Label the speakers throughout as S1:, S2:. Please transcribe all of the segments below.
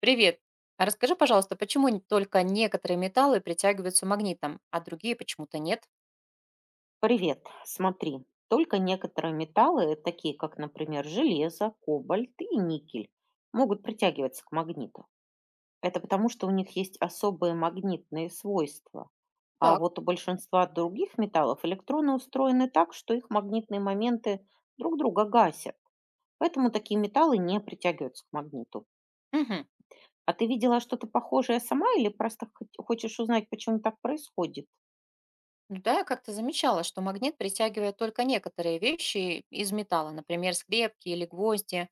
S1: Привет. Расскажи, пожалуйста, почему только некоторые металлы притягиваются магнитом, а другие почему-то нет?
S2: Привет, смотри, только некоторые металлы, такие как, например, железо, кобальт и никель, могут притягиваться к магниту. Это потому, что у них есть особые магнитные свойства. А
S1: Так.
S2: вот у большинства других металлов электроны устроены так, что их магнитные моменты друг друга гасят. Поэтому такие металлы не притягиваются к магниту.
S1: Мгм.
S2: А ты видела что-то похожее сама или просто хочешь узнать, почему так происходит?
S1: Ну Да, я как-то замечала, что магнит притягивает только некоторые вещи из металла, например, скрепки или гвозди.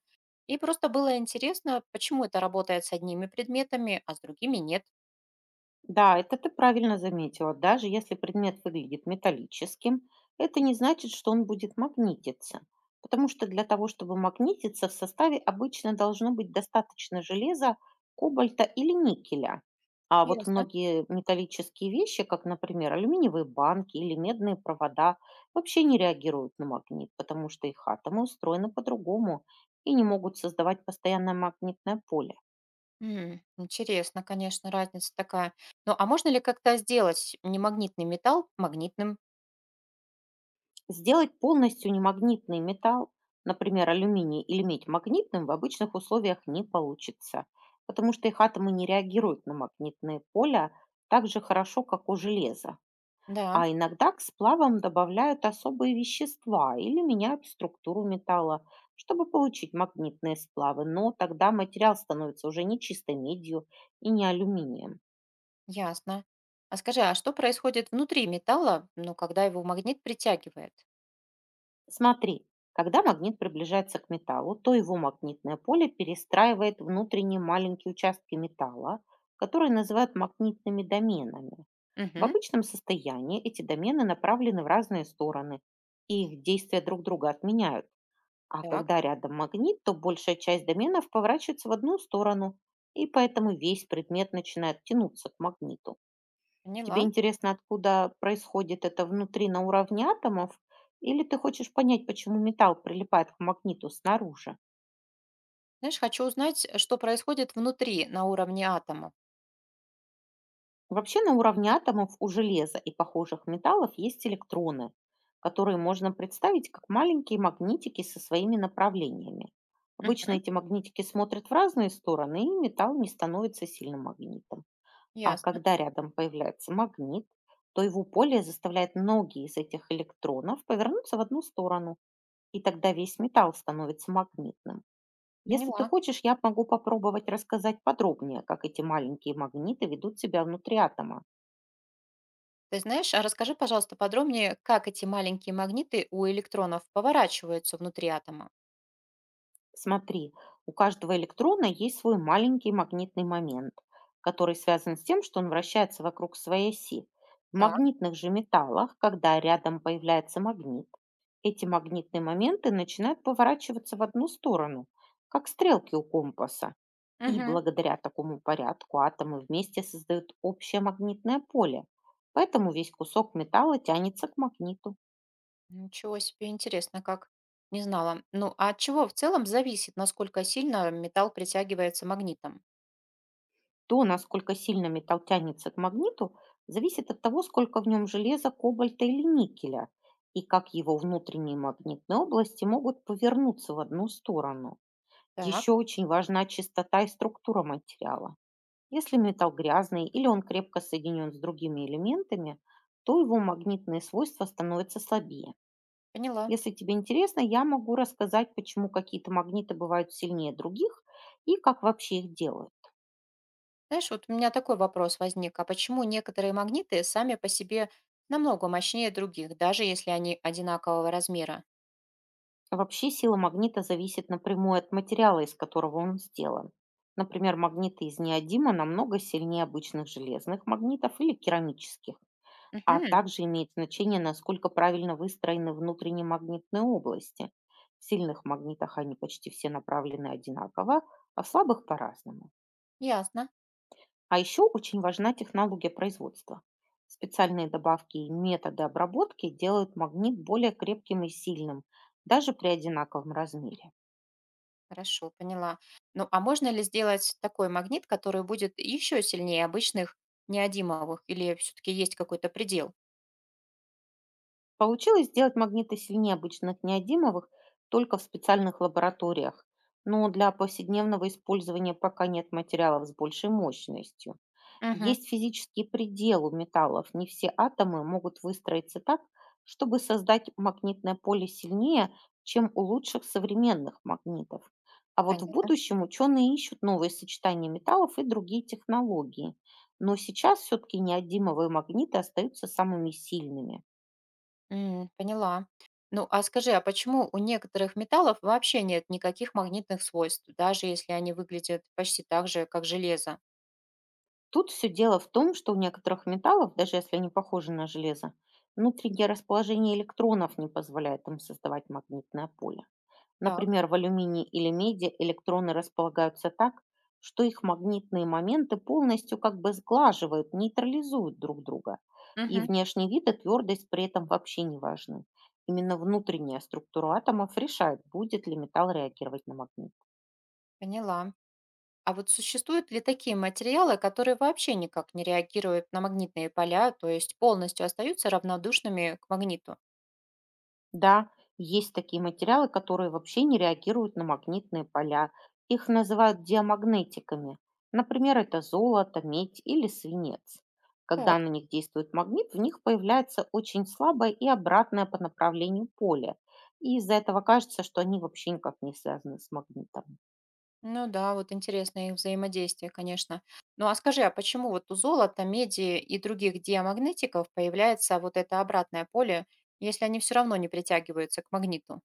S1: И просто было интересно, почему это работает с одними предметами, а с другими нет.
S2: Да, это ты правильно заметила. Даже если предмет выглядит металлическим, это не значит, что он будет магнититься. Потому что для того, чтобы магнититься, в составе обычно должно быть достаточно железа, кобальта или никеля. А вот
S1: Ясно.
S2: многие металлические вещи, как, например, алюминиевые банки или медные провода, вообще не реагируют на магнит, потому что их атомы устроены по-другому и не могут создавать постоянное магнитное поле.
S1: Интересно, конечно, разница такая. Ну, а можно ли как-то сделать немагнитный металл магнитным?
S2: Сделать полностью немагнитный металл, например, алюминий или медь, магнитным в обычных условиях не получится, потому что их атомы не реагируют на магнитные поля так же хорошо, как у железа. А
S1: Да.
S2: иногда к сплавам добавляют особые вещества или меняют структуру металла, чтобы получить магнитные сплавы, но тогда материал становится уже не чистой медью и не алюминием.
S1: Ясно. А скажи, а что происходит внутри металла, ну, когда его магнит притягивает?
S2: Смотри, когда магнит приближается к металлу, то его магнитное поле перестраивает внутренние маленькие участки металла, которые называют магнитными доменами. В
S1: Мгм.
S2: обычном состоянии эти домены направлены в разные стороны, и их действия друг друга отменяют. А
S1: Так,
S2: когда рядом магнит, то большая часть доменов поворачивается в одну сторону, и поэтому весь предмет начинает тянуться к магниту. Тебе
S1: поняла.
S2: интересно, откуда происходит это внутри на уровне атомов, или ты хочешь понять, почему металл прилипает к магниту снаружи?
S1: Знаешь, хочу узнать, что происходит внутри на уровне атомов.
S2: Вообще на уровне атомов у железа и похожих металлов есть электроны, которые можно представить как маленькие магнитики со своими направлениями. Обычно
S1: Мгм.
S2: эти магнитики смотрят в разные стороны, и металл не становится сильным магнитом. А
S1: Ясно,
S2: когда рядом появляется магнит, то его поле заставляет многие из этих электронов повернуться в одну сторону, и тогда весь металл становится магнитным. Если ты
S1: поняла.
S2: хочешь, я могу попробовать рассказать подробнее, как эти маленькие магниты ведут себя внутри атома.
S1: Ты знаешь, а расскажи, пожалуйста, подробнее, как эти маленькие магниты у электронов поворачиваются внутри атома.
S2: Смотри, у каждого электрона есть свой маленький магнитный момент, который связан с тем, что он вращается вокруг своей оси. В
S1: Так,
S2: магнитных же металлах, когда рядом появляется магнит, эти магнитные моменты начинают поворачиваться в одну сторону, как стрелки у компаса. И
S1: мгм.
S2: благодаря такому порядку атомы вместе создают общее магнитное поле, поэтому весь кусок металла тянется к магниту.
S1: Ничего себе, интересно, как. Не знала. Ну, а от чего в целом зависит, насколько сильно металл притягивается магнитом?
S2: То, насколько сильно металл тянется к магниту, зависит от того, сколько в нем железа, кобальта или никеля, и как его внутренние магнитные области могут повернуться в одну сторону.
S1: Так,
S2: Еще очень важна чистота и структура материала. Если металл грязный или он крепко соединен с другими элементами, то его магнитные свойства становятся слабее.
S1: поняла.
S2: Если тебе интересно, я могу рассказать, почему какие-то магниты бывают сильнее других и как вообще их делают.
S1: Знаешь, вот у меня такой вопрос возник. А почему некоторые магниты сами по себе намного мощнее других, даже если они одинакового размера?
S2: Вообще сила магнита зависит напрямую от материала, из которого он сделан. Например, магниты из неодима намного сильнее обычных железных магнитов или керамических, а
S1: Угу,
S2: также имеет значение, насколько правильно выстроены внутренние магнитные области. В сильных магнитах они почти все направлены одинаково, а в слабых по-разному.
S1: ясно.
S2: А еще очень важна технология производства. Специальные добавки и методы обработки делают магнит более крепким и сильным, даже при одинаковом размере.
S1: Хорошо, поняла. Ну, а можно ли сделать такой магнит, который будет еще сильнее обычных неодимовых? Или все-таки есть какой-то предел?
S2: Получилось сделать магниты сильнее обычных неодимовых только в специальных лабораториях, но для повседневного использования пока нет материалов с большей мощностью.
S1: Угу,
S2: Есть физический предел у металлов, не все атомы могут выстроиться так, чтобы создать магнитное поле сильнее, чем у лучших современных магнитов. А вот в
S1: понятно.
S2: будущем ученые ищут новые сочетания металлов и другие технологии. Но сейчас все-таки неодимовые магниты остаются самыми сильными.
S1: Поняла. Ну, а скажи, а почему у некоторых металлов вообще нет никаких магнитных свойств, даже если они выглядят почти так же, как железо?
S2: Тут все дело в том, что у некоторых металлов, даже если они похожи на железо, внутреннее расположение электронов не позволяет им создавать магнитное поле.
S1: Так,
S2: Например, в алюминии или меди электроны располагаются так, что их магнитные моменты полностью как бы сглаживают, нейтрализуют друг друга. И
S1: угу,
S2: внешний вид и твердость при этом вообще не важны. Именно внутренняя структура атомов решает, будет ли металл реагировать на магнит.
S1: поняла. А вот существуют ли такие материалы, которые вообще никак не реагируют на магнитные поля, то есть полностью остаются равнодушными к магниту?
S2: Да, есть такие материалы, которые вообще не реагируют на магнитные поля. Их называют диамагнетиками. Например, это золото, медь или свинец. Когда
S1: Так.
S2: на них действует магнит, в них появляется очень слабое и обратное по направлению поле. И из-за этого кажется, что они вообще никак не связаны с магнитом.
S1: Ну да, вот интересное их взаимодействие, конечно. Ну а скажи, а почему вот у золота, меди и других диамагнетиков появляется вот это обратное поле, если они все равно не притягиваются к магниту?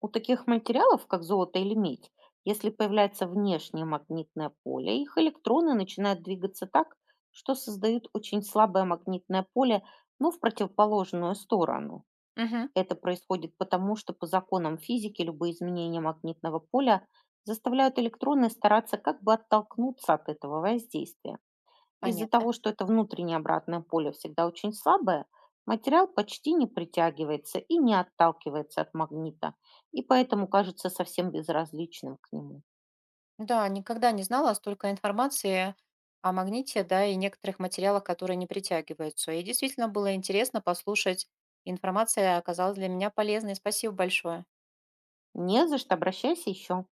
S2: У таких материалов, как золото или медь, если появляется внешнее магнитное поле, их электроны начинают двигаться так, что создают очень слабое магнитное поле, но в противоположную сторону.
S1: Угу,
S2: Это происходит потому, что по законам физики любые изменения магнитного поля заставляют электроны стараться как бы оттолкнуться от этого воздействия. Из-за
S1: понятно.
S2: того, что это внутреннее обратное поле всегда очень слабое, материал почти не притягивается и не отталкивается от магнита, и поэтому кажется совсем безразличным к нему.
S1: Да, никогда не знала столько информации о магните, да, и некоторых материалах, которые не притягиваются. И действительно было интересно послушать. Информация оказалась для меня полезной. Спасибо большое.
S2: Не за что, обращайся еще.